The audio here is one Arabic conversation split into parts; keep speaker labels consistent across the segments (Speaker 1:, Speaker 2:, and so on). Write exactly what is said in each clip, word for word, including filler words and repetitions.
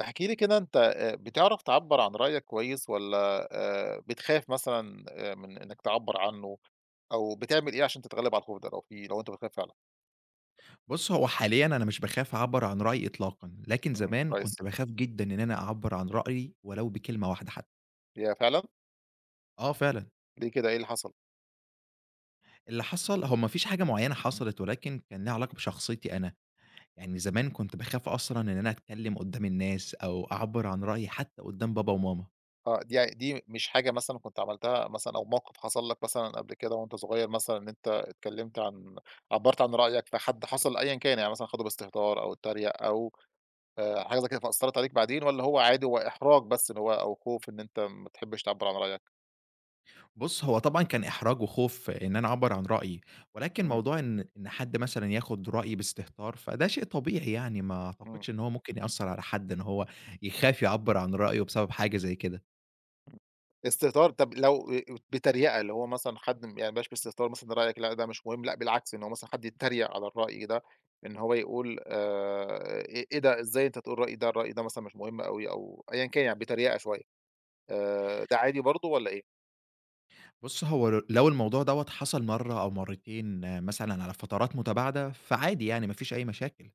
Speaker 1: احكِ لي كده، أنت آآ بتعرف تعبّر عن رأيك كويس والّا آآ بتخاف مثلًا آآ من إنّك تعبّر عنه، أو بتعمل إيه عشان تتغلّب على الخوف ده، لو في لو أنت بتخاف فعلًا؟
Speaker 2: بُص، هو حاليًا أنا مش باخاف أعبّر عن رأيي إطلاقًا، لكن
Speaker 1: إمم،
Speaker 2: زمان إمم. كنت
Speaker 1: كويس،
Speaker 2: باخاف جدًا إن أنا أعبّر عن رأيي ولو بكلمة واحدة حتى.
Speaker 1: ياه فعلًا!
Speaker 2: آه فعلًا،
Speaker 1: ليه كده؟ إيه اللي حصل؟
Speaker 2: اللي حصل هو ما فيش حاجة معيّنة حصلت ولكن كان ليها علاقة بشخصيتي أنا، يعني زمان كنت باخاف أصلًا إن أنا أتكلم قدّام الناس أو أعبّر عن رأيي حتى قدّام بابا وماما.
Speaker 1: آه، دي ع دي مش حاجة مثلًا كنت عملتها مثلًا، أو موقف حصل لك مثلًا قبل كده وأنت صغير، مثلًا إن أنت اتكلّمت عن عبّرت عن رأيك فحد حصل أيًا كان، يعني مثلًا خده باستهتار أو اتّريق أو آآ حاجة زي كده فأثّرت عليك بعدين، والّا هو عادي، هو إحراج بس، إن هو أو خوف إن أنت ما بتحبش تعبّر عن رأيك؟
Speaker 2: بُص، هو طبعًا كان إحراج وخوف إن أنا أعبّر عن رأيي، ولكن
Speaker 1: إمم،
Speaker 2: موضوع إن إن حد مثلًا ياخد رأيي باستهتار، فده شيء طبيعي يعني، ما
Speaker 1: إمم.
Speaker 2: أعتقدش إن هو ممكن يأثّر على حد إن هو يخاف يعبّر عن رأيه بسبب حاجة زي كده.
Speaker 1: استهتار، طب لو آآ بتريقة، اللي هو مثلًا حد م يعني بلاش باستهتار، مثلًا رأيك لأ ده مش مهم، لأ بالعكس إن هو مثلًا حد يتريق على الرأي ده، إن هو يقول آآ إيه إيه ده، إزاي أنت تقول رأيي ده، الرأي ده مثلًا مش مهم أوي أو أيًا كان، يعني بتريقة شوية، آآ ده عادي برضه والّا إيه؟
Speaker 2: بُص، هو ل لو الموضوع دوّة حصل مرّة أو مرّتين آه، مثلًا على فترات متباعدة، فعادي يعني ما فيش أي مشاكل،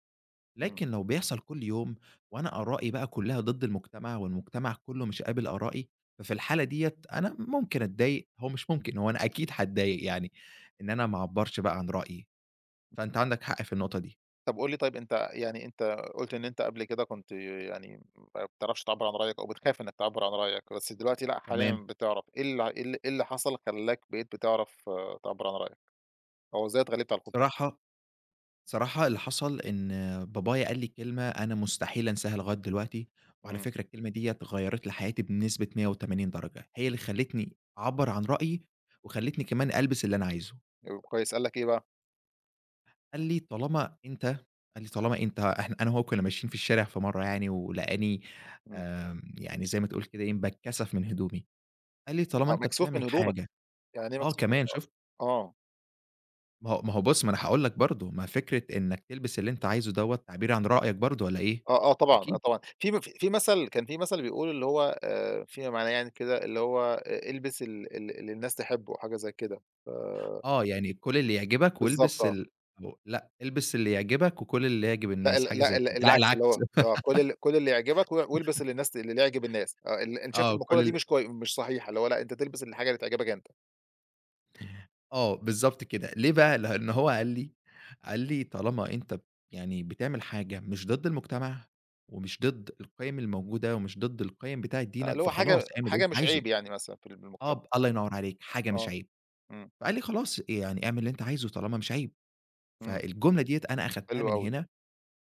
Speaker 1: إمم.
Speaker 2: لكن لو بيحصل كل يوم وأنا آرائي بقى كلّها ضد المجتمع والمجتمع كلّه مش قابل آرائي، ففي الحالة ديّة أنا ممكن أتضايق، هو مش ممكن، هو أنا أكيد هاتضايق يعني إن أنا ما أعبّرش بقى عن رأيي، فأنت عندك حق في النقطة دي.
Speaker 1: طب قُل لي، طيب أنت يعني أنت قُلت إن أنت قبل كده كنت يعني ما بتعرفش تعبّر عن رأيك أو بتخاف إنك تعبّر عن رأيك، بس دلوقتي لأ، حاليًا
Speaker 2: تمام،
Speaker 1: بتعرف. إيه ال إيه ال إيه اللي حصل خلّاك بقيت بتعرف، آه، تعبّر عن رأيك؟ أو إزاي اتغلبت على الخوف ده؟
Speaker 2: بصراحة صراحة اللي حصل إن بابايا قال لي كلمة أنا مستحيل أنساها لغاية دلوقتي، وعلى
Speaker 1: إمم.
Speaker 2: فكرة الكلمة ديّة غيّرت لي حياتي بنسبة مية وتمانين درجة، هي اللي خلّتني أعبّر عن رأيي، وخلّتني كمان ألبس اللي أنا عايزه،
Speaker 1: وكويس، قال لك إيه بقى؟
Speaker 2: قال لي: "طالما أنت" قال لي: "طالما أنت". إحنا أنا وهو كنا ماشيين في الشارع في مرّة يعني ولقاني
Speaker 1: إمم،
Speaker 2: آمم، يعني زي ما تقول كده إيه باتكسف من هدومي، قال لي: "طالما
Speaker 1: آه،
Speaker 2: أنت
Speaker 1: مكسوف
Speaker 2: بتعمل
Speaker 1: من هدومك،
Speaker 2: حاجة".
Speaker 1: يعني إيه
Speaker 2: آه
Speaker 1: مكسوف من؟
Speaker 2: كمان شُفت،
Speaker 1: آه،
Speaker 2: ما هو ما هو بُص، ما أنا هاقول لك برضه، ما فكرة إنك تلبس اللي أنت عايزه دوّة تعبير عن رأيك برضه والّا إيه؟
Speaker 1: آه، آه طبعًا، آه
Speaker 2: أكيد.
Speaker 1: طبعًا، في م في مثل كان في مثل بيقول اللي هو آآ، فيما معناه يعني كده، اللي هو آآ، البس ال ال اللي الناس تحبه أو حاجة زي كده، ف
Speaker 2: آه، يعني كُل اللي يعجبك
Speaker 1: بالضبط
Speaker 2: والبس
Speaker 1: آه.
Speaker 2: ال، أو لأ، البس اللي يعجبك وكُل اللي يعجب
Speaker 1: لأ، ال
Speaker 2: الناس، حاجة زي
Speaker 1: لأ، ال
Speaker 2: كده، لأ
Speaker 1: العكس اللي هو
Speaker 2: العكس
Speaker 1: آه، كُل ال كُل اللي يعجبك و والبس اللي الناس اللي يعجب الناس، آه، ال أنا شايف
Speaker 2: آه، كُل
Speaker 1: المقولة دي
Speaker 2: ال،
Speaker 1: مش كوي مش صحيحة، اللي هو لأ، أنت تلبس الحاجة اللي تعجبك أنت.
Speaker 2: آه، بالضبط كده، ليه بقى؟ لإن هو قال لي قال لي: "طالما أنت ب يعني بتعمل حاجة مش ضد المجتمع ومش ضد القيم الموجودة ومش ضد القيم بتاعة
Speaker 1: آه،
Speaker 2: دينك،
Speaker 1: اللي هو
Speaker 2: فخلاص
Speaker 1: حاجة
Speaker 2: اعمل اللي أنت
Speaker 1: حاجة مش
Speaker 2: عايزه."
Speaker 1: عيب، يعني مثلًا في
Speaker 2: آه،
Speaker 1: المجتمع،
Speaker 2: ب الله ينوّر عليك، حاجة مش
Speaker 1: آه،
Speaker 2: عيب،
Speaker 1: إمم،
Speaker 2: فقال لي: "خلاص يعني اعمل اللي أنت عايزه طالما مش عيب."
Speaker 1: إمم،
Speaker 2: فالجملة ديّة أنا أخدتها
Speaker 1: حلو
Speaker 2: من
Speaker 1: أوي،
Speaker 2: هنا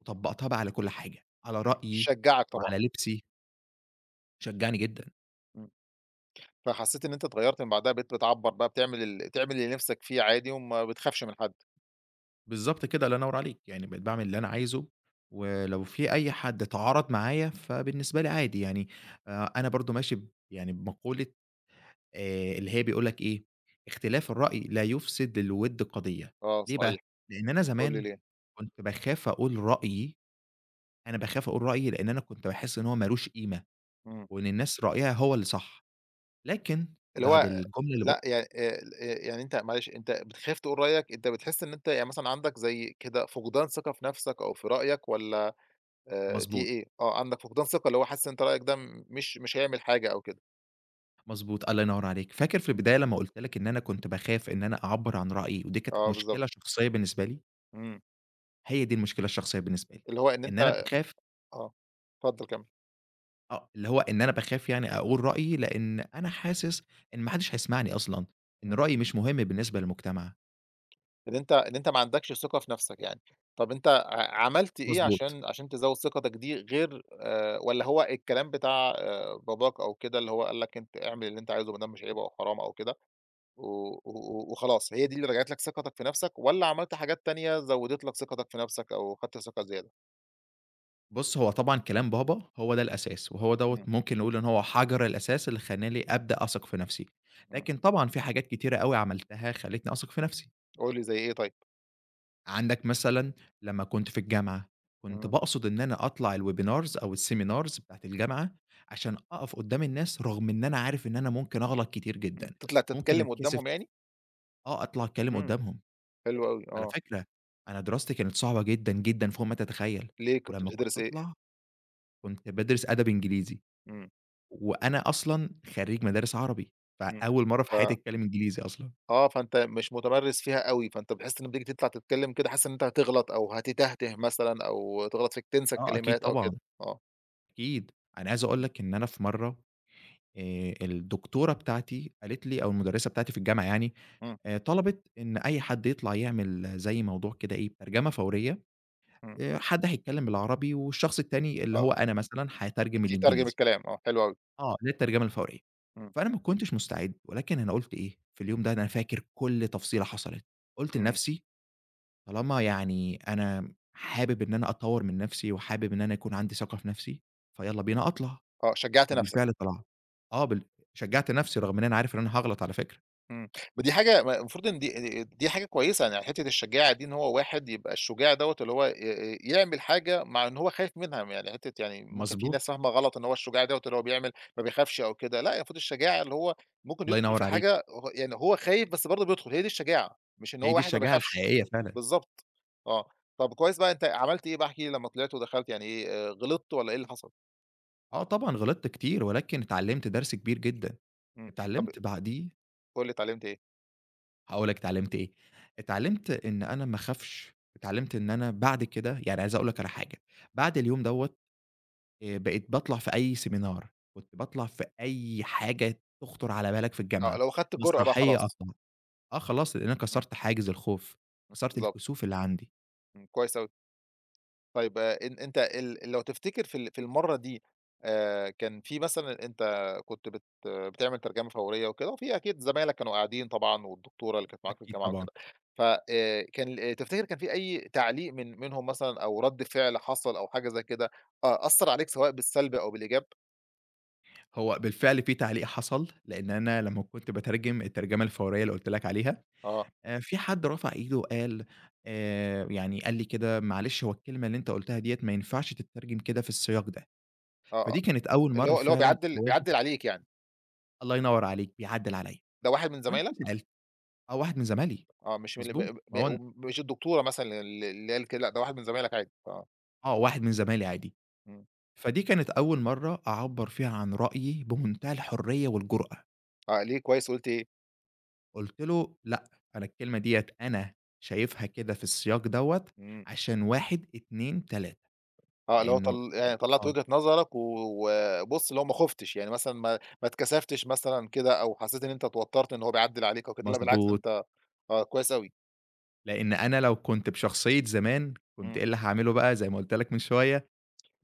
Speaker 2: وطبّقتها بقى على كُل حاجة، على
Speaker 1: إمم،
Speaker 2: رأيي
Speaker 1: شجّعك طبعًا،
Speaker 2: وعلى لبسي، شجّعني جدًا.
Speaker 1: إمم. فحسّيت إن أنت اتغيّرت من بعدها، بقيت بتعبّر، بقى بتعمل ال تعمل اللي نِفْسك فيه عادي، وما بتخافش من حد.
Speaker 2: بالضبط كده، الله ينوّر عليك، يعني بقيت باعمل اللي أنا عايزه، ولو في أي حد اتعارض معايا فبالنسبة لي عادي يعني، آآ، أنا برضه ماشي ب يعني بمقولة، آآ، اللي هي بيقول لك إيه، اختلاف الرأي لا يفسد للوِد قضية،
Speaker 1: آه
Speaker 2: ليه بقى؟
Speaker 1: صحيح.
Speaker 2: لإن أنا
Speaker 1: قُل لي
Speaker 2: زمان
Speaker 1: ليه؟
Speaker 2: كنت باخاف أقول رأيي، أنا باخاف أقول رأيي لإن أنا كنت باحس إن هو ما لوش قيمة،
Speaker 1: إمم،
Speaker 2: وإن الناس رأيها هو اللي صح، لكن
Speaker 1: اللي
Speaker 2: بعد
Speaker 1: هو
Speaker 2: الجملة اللي ب
Speaker 1: لأ، يع آآ يعني أنت، معلش، أنت بتخاف تقول رأيك، أنت بتحس إن أنت يعني مثلًا عندك زي كده فقدان ثقة في نَفْسك أو في رأيك، والّا آآ دي
Speaker 2: مضبوط.
Speaker 1: إيه؟ آه، عندك فقدان ثقة، اللي هو حاسس إن أنت رأيك ده م- مش مش هيعمل حاجة أو كده.
Speaker 2: مضبوط، الله ينور عليك. فاكر في
Speaker 1: إمم،
Speaker 2: البداية لمّا قُلت لك إن أنا كنت باخاف إن أنا أعبّر عن رأيي ودي كانت
Speaker 1: آه بالضبط،
Speaker 2: مشكلة شخصية بالنسبة لي؟
Speaker 1: إمم،
Speaker 2: هي دي المشكلة الشخصية بالنسبة لي،
Speaker 1: اللي هو إن
Speaker 2: إن
Speaker 1: أنت
Speaker 2: أنا باخاف،
Speaker 1: آه، اتفضّل كمّل.
Speaker 2: آه، اللي هو إن أنا باخاف يعني أقول رأيي لإن أنا حاسس إن ما حدش هيسمعني أصلًا، إن رأيي مش مهم بالنسبة للمجتمع.
Speaker 1: إن أنت إن أنت ما عندكش ثقة في نفسك يعني. طَب أنت ع عملت إيه
Speaker 2: مضبوط.
Speaker 1: عشان عشان تزوّد ثقتك دي، غير آآ والّا هو الكلام بتاع آآ باباك أو كده، اللي هو قال لك أنت اعمل اللي أنت عايزه ما دام مش عيب أو حرام أو كده، و و وخلاص، هي دي اللي رجعت لك ثقتك في نفسك، والّا عملت حاجات تانية زوّدت لك ثقتك في نفسك أو خدت ثقة زيادة؟
Speaker 2: بُص، هو طبعًا كلام بابا هو ده الأساس، وهو دوّة
Speaker 1: إمم،
Speaker 2: ممكن نقول إن هو حجر الأساس اللي خلّاني أبدأ أثق في نفسي،
Speaker 1: إمم.
Speaker 2: لكن طبعًا في حاجات كتيرة أوي عملتها خلّتني أثق في نفسي.
Speaker 1: قُل لي زي إيه طيب؟
Speaker 2: عندك مثلًا لمّا كنت في الجامعة، كنت
Speaker 1: إمم،
Speaker 2: باقصد إن أنا أطلع الwebinars أو الseminars بتاعة الجامعة، عشان أقف قدّام الناس رغم إن أنا عارف إن أنا ممكن أغلط كتير
Speaker 1: إمم.
Speaker 2: جدًا،
Speaker 1: تطلع
Speaker 2: ممكن
Speaker 1: تتكلّم
Speaker 2: أتكسف،
Speaker 1: قدّامهم يعني؟
Speaker 2: آه، أطلع أتكلم
Speaker 1: إمم،
Speaker 2: قدّامهم.
Speaker 1: حلو أوي،
Speaker 2: على
Speaker 1: آه.
Speaker 2: فكرة أنا دراستي كانت صعبة جدًا، جدًا فوق ما تتخيل،
Speaker 1: ليه، كنت
Speaker 2: ولمّا كنت
Speaker 1: بتدرس إيه؟
Speaker 2: أطلع كنت بادرس أدب إنجليزي،
Speaker 1: إمم،
Speaker 2: وأنا أصلًا خريج مدارس عربي،
Speaker 1: إمم.
Speaker 2: فأول مرّة في حياتي
Speaker 1: ف
Speaker 2: أتكلم إنجليزي أصلًا.
Speaker 1: آه، فأنت مش متمرس فيها أوي، فأنت بتحس إن بتيجي تطلع تتكلم كده حاسس إن أنت هتغلط أو هتتهته مثلًا، أو تغلط في تنسى
Speaker 2: آه، أكيد
Speaker 1: الكلمات أو
Speaker 2: طبعًا،
Speaker 1: كده، آه،
Speaker 2: أكيد. أنا عايز أقول
Speaker 1: إمم،
Speaker 2: لك إن أنا في مرّة، آآ الدكتورة بتاعتي قالت لي أو المُدرّسة بتاعتي في الجامعة يعني،
Speaker 1: إمم،
Speaker 2: آآ طلبِت إن أي حد يطلع يعمل زي موضوع كده إيه، ترجمة فورية،
Speaker 1: إمم،
Speaker 2: آآ حد هيتكلّم بالعربي والشخص التاني اللي
Speaker 1: آه،
Speaker 2: هو أنا مثلًا هاترجم
Speaker 1: تترجم
Speaker 2: الإنجليزي،
Speaker 1: الكلام، آه، حلو أوي،
Speaker 2: آه، اللي هي الترجمة الفورية.
Speaker 1: إمم،
Speaker 2: فأنا ما كنتش مستعد، ولكن أنا
Speaker 1: إمم،
Speaker 2: قُلت إيه، في اليوم ده أنا فاكر كل تفصيلة حصلت، قُلت
Speaker 1: إمم،
Speaker 2: لنفسي طالما يعني أنا حابب إن أنا أطوّر من نفسي وحابب إن أنا يكون عندي ثقة في نفسي، فيالّا بينا أطلع.
Speaker 1: آه، شجعت نفسك.
Speaker 2: فبالفعل طلعت. آه بال شجّعت نَفْسي رغم إن أنا عارف إن أنا هاغلط على فكرة.
Speaker 1: إمم. ما دي حاجة ما المفروض إن دي دي حاجة كويسة، يعني حتّة الشجاعة دي، إن هو واحد يبقى الشجاع دوّة اللي هو آآ آآ يعمل حاجة مع إن هو خايف منها، يعني حتّة يعني ممكن في
Speaker 2: مضبوط،
Speaker 1: ناس فاهمة غلط إن هو الشجاع دوّة اللي هو بيعمل ما بيخافش أو كده، لأ المفروض الشجاعة اللي هو ممكن
Speaker 2: الله
Speaker 1: يدخل
Speaker 2: ينوّر
Speaker 1: في
Speaker 2: عليكِ.
Speaker 1: حاجة هو يعني هو خايف بس برضه بيدخل، هي دي الشجاعة، مش إن
Speaker 2: هي
Speaker 1: هو
Speaker 2: دي
Speaker 1: واحد ما
Speaker 2: الشجاعة
Speaker 1: بيخافش.
Speaker 2: الحقيقية فعلًا.
Speaker 1: بالضبط، آه. طَب كويس بقى، أنت عملت إيه بقى، احكِ لي لمّا طلعت ودخلت، يعني إيه، آآ غلطت والّا إيه اللي حصل؟
Speaker 2: آه طبعًا غلطت كتير، ولكن اتعلّمت درس كبير جدًا.
Speaker 1: إمم، طَب
Speaker 2: اتعلّمت بعديه،
Speaker 1: قُل لي اتعلمت إيه؟
Speaker 2: هاقول لك اتعلّمت إيه، اتعلّمت إن أنا ما أخافش، اتعلّمت إن أنا بعد كده يعني عايز أقول لك على حاجة، بعد اليوم دوّة آآ بقيت باطلع في أي seminar، كنت باطلع في أي حاجة تخطر على بالك في
Speaker 1: آه،
Speaker 2: الجامعة،
Speaker 1: لو خدت الجرأة بقى
Speaker 2: مسرحية
Speaker 1: خلاص،
Speaker 2: أطلع. آه خلاص، لإن أنا
Speaker 1: إمم،
Speaker 2: كسرت حاجز الخوف،
Speaker 1: إمم،
Speaker 2: كسرت
Speaker 1: بالضبط،
Speaker 2: الكسوف اللي عندي.
Speaker 1: إمم، كويس أوي. طيب آآ إن أنت ال لو تفتكر في ال في المرّة دي آآ كان في مثلًا أنت كنت بت بتعمل ترجمة فورية وكده، وفي أكيد زمايلك كانوا قاعدين طبعًا والدكتورة اللي كانت معاك في
Speaker 2: أكيد
Speaker 1: الجامعة
Speaker 2: طبعًا.
Speaker 1: وكده، ف آآ كان ال تفتكر كان في أي تعليق من منهم مثلًا، أو رَد فعل حصل، أو حاجة زي كده أ أثّر عليك سواء بالسلب أو بالإيجاب؟
Speaker 2: هو بالفعل في تعليق حصل، لإن أنا لمّا كنت باترجم الترجمة الفورية اللي قُلت لك عليها،
Speaker 1: آه،
Speaker 2: آآ في حد رفع إيده وقال، آآ يعني قال لي كده: "معلش هو الكلمة اللي أنت قُلتها ديّة ما ينفعش تترجم كده في السياق ده."
Speaker 1: آه، آه،
Speaker 2: فدي كانت أول
Speaker 1: اللي
Speaker 2: مرّة
Speaker 1: هو اللي هو
Speaker 2: فعلًا
Speaker 1: بيعدّل
Speaker 2: أواجه.
Speaker 1: بيعدّل عليك يعني.
Speaker 2: الله ينوّر عليك، بيعدِّل
Speaker 1: إمم.
Speaker 2: عليّا.
Speaker 1: ده واحد من
Speaker 2: وأنت
Speaker 1: زمايلك؟
Speaker 2: سألت، آه، واحد من زمايلي،
Speaker 1: آه، مش من ال
Speaker 2: مضبوط.
Speaker 1: م
Speaker 2: ما
Speaker 1: م
Speaker 2: هو
Speaker 1: ومش الدكتورة مثلًا، ال اللي قالت كده، لأ ده واحد من زمايلك عادي، آه،
Speaker 2: آه، واحد من زمايلي عادي.
Speaker 1: إمم.
Speaker 2: فدي كانت أول مرّة أعبّر فيها عن رأيي بمنتهى الحرية والجرأة.
Speaker 1: آه، ليه كويس وقُلت إيه؟
Speaker 2: قُلت له: "لأ، أنا الكلمة ديّة أنا شايفها كده في السياق دوّة
Speaker 1: إمم.
Speaker 2: عشان واحد، اتنين، تلاتة."
Speaker 1: آه، اللي هو
Speaker 2: لإنه،
Speaker 1: طل يعني طلّعت
Speaker 2: آه،
Speaker 1: وجهة نظرك و وبُص اللي هو ما خُفتش، يعني مثلًا ما ما اتكسفتش مثلًا كده، أو حسّيت إن أنت اتوتّرت إن هو بيعدّل عليك أو كده، لأ بالعكس
Speaker 2: مضبوط.
Speaker 1: أنت، آه، كويس أوي.
Speaker 2: لإن أنا لو كنت بشخصية زمان، كنت
Speaker 1: إمم.
Speaker 2: إيه اللي هاعمله بقى زي ما قُلت لك من شوية،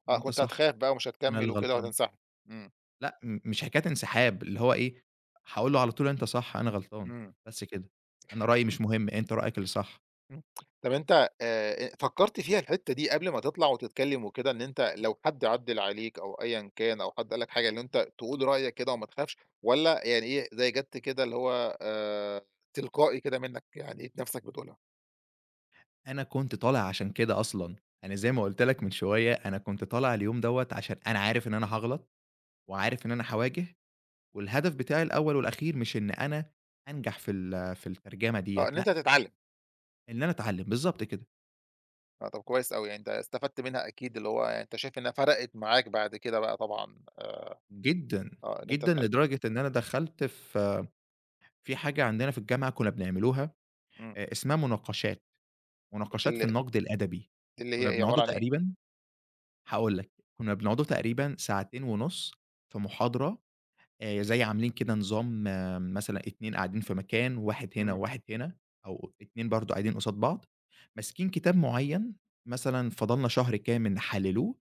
Speaker 1: آه،
Speaker 2: أنت
Speaker 1: كنت
Speaker 2: صح،
Speaker 1: هتخاف بقى ومش
Speaker 2: أنا اللي
Speaker 1: هتكمّل وكده
Speaker 2: غلطان.
Speaker 1: وهتنسحب. إمم،
Speaker 2: لأ، م مش حكاية انسحاب، اللي هو إيه، هاقول له على طول أنت صح، أنا غلطان،
Speaker 1: إمم،
Speaker 2: بس كده. أنا رأيي مش مهم، أنت رأيك اللي صح.
Speaker 1: إمم. طَب أنت آآ فكّرت فيها الحتّة دي قبل ما تطلع وتتكلّم وكده، إن أنت لو حد عدِّل عليك أو أيًا كان، أو حد قال لك حاجة، إن أنت تقول رأيك كده وما تخافش، والّا يعني إيه، زي جَت كده اللي هو آآ تلقائي كده منّك، يعني لقيت نَفْسك بتقولها؟
Speaker 2: أنا كنت طالع عشان كده أصلًا. أنا زي ما قُلت لك من شوية، أنا كنت طالع اليوم دوّة عشان أنا عارف إن أنا هاغلط وعارف إن أنا هاواجه، والهدف بتاعي الأول والأخير مش إن أنا أنجح في ال في الترجمة
Speaker 1: آه،
Speaker 2: ديّة،
Speaker 1: إن أنت
Speaker 2: لأ،
Speaker 1: تتعلّم،
Speaker 2: إن أنا أتعلّم، بالضبط كده،
Speaker 1: آه، طَب كويس أوي، يعني أنت استفدت منها أكيد، اللي هو يعني أنت شايف إنها فرقِت معاك بعد كده بقى طبعًا،
Speaker 2: جدًا،
Speaker 1: آه، إن أنت
Speaker 2: جدًا
Speaker 1: تتعلّم،
Speaker 2: لدرجة إن أنا دخلت في في حاجة عندنا في الجامعة كنا بنعملوها
Speaker 1: إمم،
Speaker 2: آآ اسمها مناقشات،
Speaker 1: دي
Speaker 2: مناقشات في
Speaker 1: ال
Speaker 2: النقد الأدبي،
Speaker 1: دي اللي هي
Speaker 2: كنا
Speaker 1: إيه،
Speaker 2: بنقعدوا
Speaker 1: عبارة عن إيه؟
Speaker 2: تقريبًا، هاقول لك، كنا بنقعدوا تقريبًا ساعتين ونُص في محاضرة، آآ زي عاملين كده نظام، آه، مثلًا اتنين قاعدين في مكان، وواحد هنا
Speaker 1: إمم،
Speaker 2: وواحد هنا، أو اتنين برضه قاعدين قصاد بعض، ماسكين كتاب معيّن، مثلًا فضلنا شهر كامل نحلّلوه،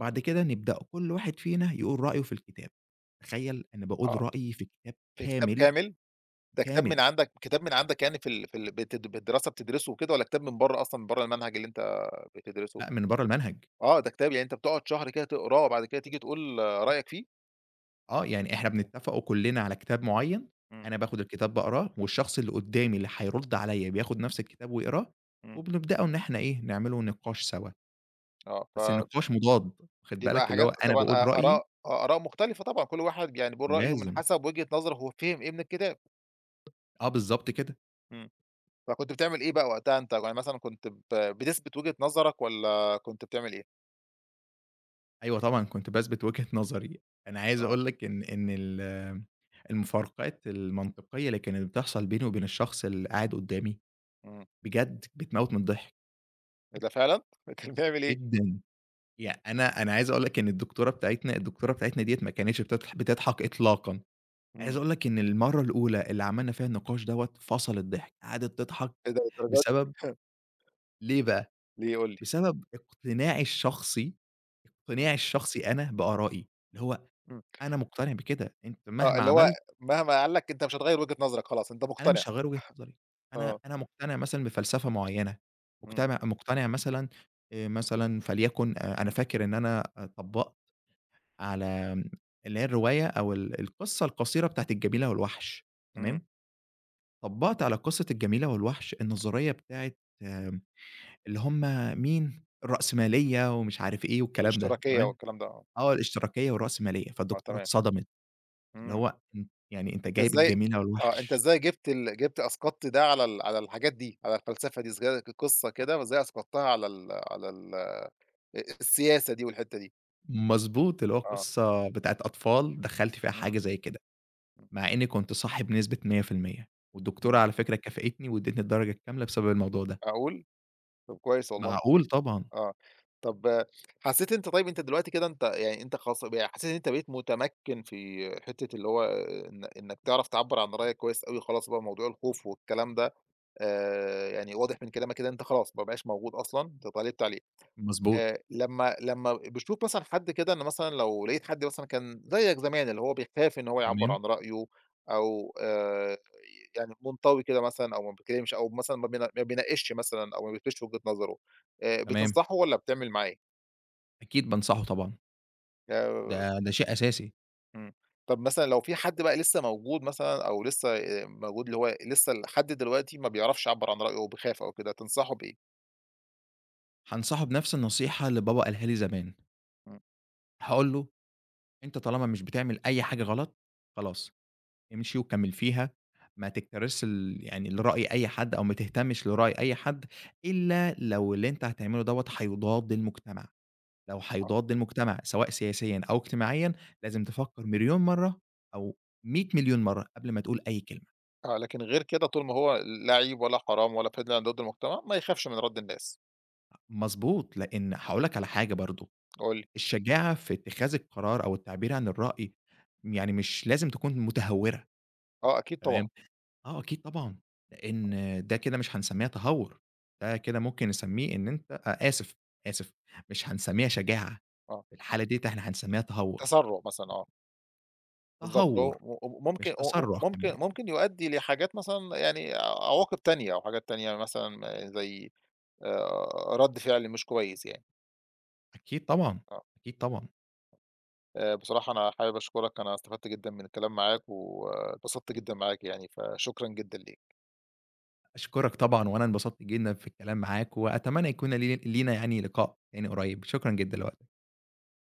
Speaker 2: بعد كده نبدأ كل واحد فينا يقول رأيه في الكتاب. تخيّل أنا باقول
Speaker 1: آه،
Speaker 2: رأيي في كتاب
Speaker 1: في كتاب
Speaker 2: كامل،
Speaker 1: كامل، ده كتاب من
Speaker 2: كامل.
Speaker 1: عندك كتاب من عندك يعني في ال في ال بتد بالدراسة بتدرسه وكده، والّا كتاب من برّه أصلًا، من برّه المنهج اللي أنت بتدرسه؟
Speaker 2: لأ من برّه المنهج.
Speaker 1: آه، ده كتاب يعني أنت بتقعد شهر كده تقراه وبعد كده تيجي تقول رأيك فيه؟
Speaker 2: آه، يعني إحنا
Speaker 1: إمم،
Speaker 2: بنتفقوا كلّنا على كتاب معيّن،
Speaker 1: إمم،
Speaker 2: أنا باخد الكتاب باقراه، والشخص اللي قدّامي اللي هيرُد عليّا بياخد نفس الكتاب ويقراه،
Speaker 1: إمم،
Speaker 2: وبنبدأوا إن إحنا إيه، نعملوا نقاش سوا. بس
Speaker 1: آه،
Speaker 2: النقاش مضاد، واخد
Speaker 1: فبيبقى
Speaker 2: بالك، اللي هو
Speaker 1: حاجات
Speaker 2: أنا
Speaker 1: طبعًا
Speaker 2: باقول
Speaker 1: آآ
Speaker 2: رأيي
Speaker 1: آراء آه، آراء مختلفة طبعًا، كل واحد يعني بيقول رأيه من
Speaker 2: لازم.
Speaker 1: حسب وجهة نظره هو فِهِم إيه من الكتاب.
Speaker 2: آه بالضبط كده،
Speaker 1: إمم. فكنت بتعمل إيه بقى وقتها أنت، يعني مثلًا كنت ب بتثبت وجهة نظرك والّا كنت بتعمل إيه؟
Speaker 2: أيوه طبعًا كنت باثبت وجهة نظري، أنا عايز
Speaker 1: آه،
Speaker 2: أقول لك إن إن ال المفارقات المنطقية اللي كانت بتحصل بيني وبين الشخص اللي قاعد قدّامي،
Speaker 1: إمم،
Speaker 2: بجد بتموّت من الضحك
Speaker 1: إيه ده فعلًا! كان بيعمل إيه؟
Speaker 2: جدًا، يعني أنا أنا عايز أقول لك إن الدكتورة بتاعتنا الدكتورة بتاعتنا ديّة ما كانتش بتضح بتضحك إطلاقًا، عايز
Speaker 1: إمم،
Speaker 2: أقول لك إن المرّة الأولى اللي عملنا فيها النقاش دوّة فصل الضحك، قعدت تضحك
Speaker 1: إيه ده للدرجة دي!
Speaker 2: بسبب، ليه بقى،
Speaker 1: ليه قُل لي؟
Speaker 2: بسبب اقتناعي الشخصي،
Speaker 1: إمم،
Speaker 2: اقتناعي الشخصي أنا بآرائي، اللي هو
Speaker 1: إمم،
Speaker 2: أنا مقتنع بكده، أنت
Speaker 1: آه،
Speaker 2: مهما
Speaker 1: اللي هو
Speaker 2: عملت
Speaker 1: مهما قال لك أنت مش هتغيّر وجهة نظرك خلاص، أنت
Speaker 2: أنا
Speaker 1: مقتنع،
Speaker 2: مش هاغيّر وجهة نظري، أنا
Speaker 1: آه،
Speaker 2: أنا مقتنع مثلًا بفلسفة معيّنة،
Speaker 1: إمم،
Speaker 2: مقتنع مقتنع مثلًا، آآ مثلًا فليكن، أ أنا فاكر إن أنا أ طبّقت على، آمم اللي هي الرواية أو ال القصة القصيرة بتاعة الجميلة والوحش،
Speaker 1: إمم،
Speaker 2: تمام، طبّقت على قصة الجميلة والوحش النظرية بتاعة، آمم اللي هم مين، الرأسمالية ومش عارف إيه والكلام ده،
Speaker 1: والاشتراكية
Speaker 2: تمام،
Speaker 1: والكلام ده آه،
Speaker 2: آه الاشتراكية والرأسمالية،
Speaker 1: آه
Speaker 2: فالدكتورة
Speaker 1: تمام،
Speaker 2: اتصدمت. اللي
Speaker 1: إمم،
Speaker 2: هو أن يعني أنت
Speaker 1: أنت
Speaker 2: جايب
Speaker 1: إزاي
Speaker 2: الجميلة
Speaker 1: آه، أنت
Speaker 2: والوحش،
Speaker 1: إزاي جِبت ال جِبت أسقطت ده على ال على الحاجات دي، على الفلسفة دي، إزاي قصة
Speaker 2: أ
Speaker 1: كده وإزاي أسقطتها على ال على ال السياسة دي والحتة دي؟
Speaker 2: مضبوط، اللي هو
Speaker 1: آه،
Speaker 2: قصة بتاعة أطفال دخّلت فيها
Speaker 1: إمم،
Speaker 2: حاجة زي كده،
Speaker 1: إمم،
Speaker 2: مع إني كنت صاحي بنسبة مية بالمية والدكتورة
Speaker 1: إمم.
Speaker 2: على فكرة كافئتني وادّتني الدرجة الكاملة بسبب الموضوع ده.
Speaker 1: معقول! طب كويس والله،
Speaker 2: معقول طبعًا،
Speaker 1: آه. طب آه، حسّيت أنت طيب أنت دلوقتي كده أنت يعني أنت خلاص ب حسّيت إن أنت بقيت متمكّن في حتّة اللي هو آه، إن إنّك تعرف تعبّر عن رأيك كويس أوي، خلاص بقى موضوع الخوف والكلام ده آآ يعني واضح من كلامك كده إن أنت خلاص ما بقاش موجود أصلًا، أنت اتغلبت عليه.
Speaker 2: مضبوط،
Speaker 1: آآ لمّا لمّا باشوف مثلًا حد كده، أنا مثلًا لو لقيت حد مثلًا كان زيك زمان، اللي هو بيخاف إن هو يعبّر
Speaker 2: تمام،
Speaker 1: عن رأيه أو آآ يعني منطوي كده مثلًا، أو ما بيتكلمش، أو مثلًا ما بينا ما بيناقشش مثلًا، أو ما بيثبتش وجهة نظره، آآ
Speaker 2: تمام،
Speaker 1: بتنصحه والّا بتعمل معاه إيه؟
Speaker 2: أكيد بانصحه طبعًا،
Speaker 1: آآ
Speaker 2: ده ده شيء أساسي.
Speaker 1: إمم. طب مثلًا لو في حد بقى لسه موجود مثلًا، أو لسه آآ موجود، اللي هو لسه لحد دلوقتي ما بيعرفش يعبّر عن رأيه وبيخاف أو كده، تنصحه بإيه؟
Speaker 2: هانصحه بنفس النصيحة اللي بابا قالها لي زمان،
Speaker 1: إمم.
Speaker 2: هاقول له: "أنت طالما مش بتعمل أي حاجة غلط، خلاص." امشي وكمّل فيها، ما تكترثش ال يعني لرأي أي حد أو ما تهتمش لرأي أي حد، إلا لو اللي أنت هتعمله دوّة هيضاد المجتمع، لو
Speaker 1: آه.
Speaker 2: هيضاد المجتمع سواء سياسيًا أو اجتماعيًا، لازم تفكّر مليون مرّة أو مية مليون مرّة قبل ما تقول أي كلمة.
Speaker 1: آه. لكن غير كده، طول ما هو لا عيب ولا حرام ولا في ضد المجتمع، ما يخافش من رَد الناس.
Speaker 2: مضبوط، لإن هاقول لك على حاجة برضه،
Speaker 1: قُل لي.
Speaker 2: الشجاعة في اتخاذ القرار أو التعبير عن الرأي يعني مش لازم تكون متهورة،
Speaker 1: آه أكيد طبعًا،
Speaker 2: تمام؟ آه أكيد طبعًا، لإن ده كده مش هنسمّيها تهوّر، ده كده ممكن نسمّيه إن أنت، أ آسف، آسف، مش هنسمّيها شجاعة،
Speaker 1: آه.
Speaker 2: في الحالة ديّة إحنا هنسمّيها تهوّر،
Speaker 1: تسرُّع مثلًا آه، بالضبط. هو
Speaker 2: تهوّر
Speaker 1: و وممكن
Speaker 2: مش
Speaker 1: و و
Speaker 2: تسرّع
Speaker 1: ممكن
Speaker 2: كمان.
Speaker 1: ممكن يؤدّي لحاجات مثلًا، يعني عواقب تانية أو حاجات تانية مثلًا زي آآ رَد فعل مش كويس يعني.
Speaker 2: أكيد طبعًا،
Speaker 1: آه.
Speaker 2: أكيد طبعًا.
Speaker 1: آآ بصراحة أنا حابب أشكرك، أنا استفدت جدًا من الكلام معاك واتبسطت جدًا معاك يعني، فشكرًا جدًا ليك.
Speaker 2: أشكرك طبعًا وأنا انبسطت جدًا في الكلام معاك وأتمنى يكون لي لينا يعني لقاء تاني قريب، شكرًا جدًا لوقتك.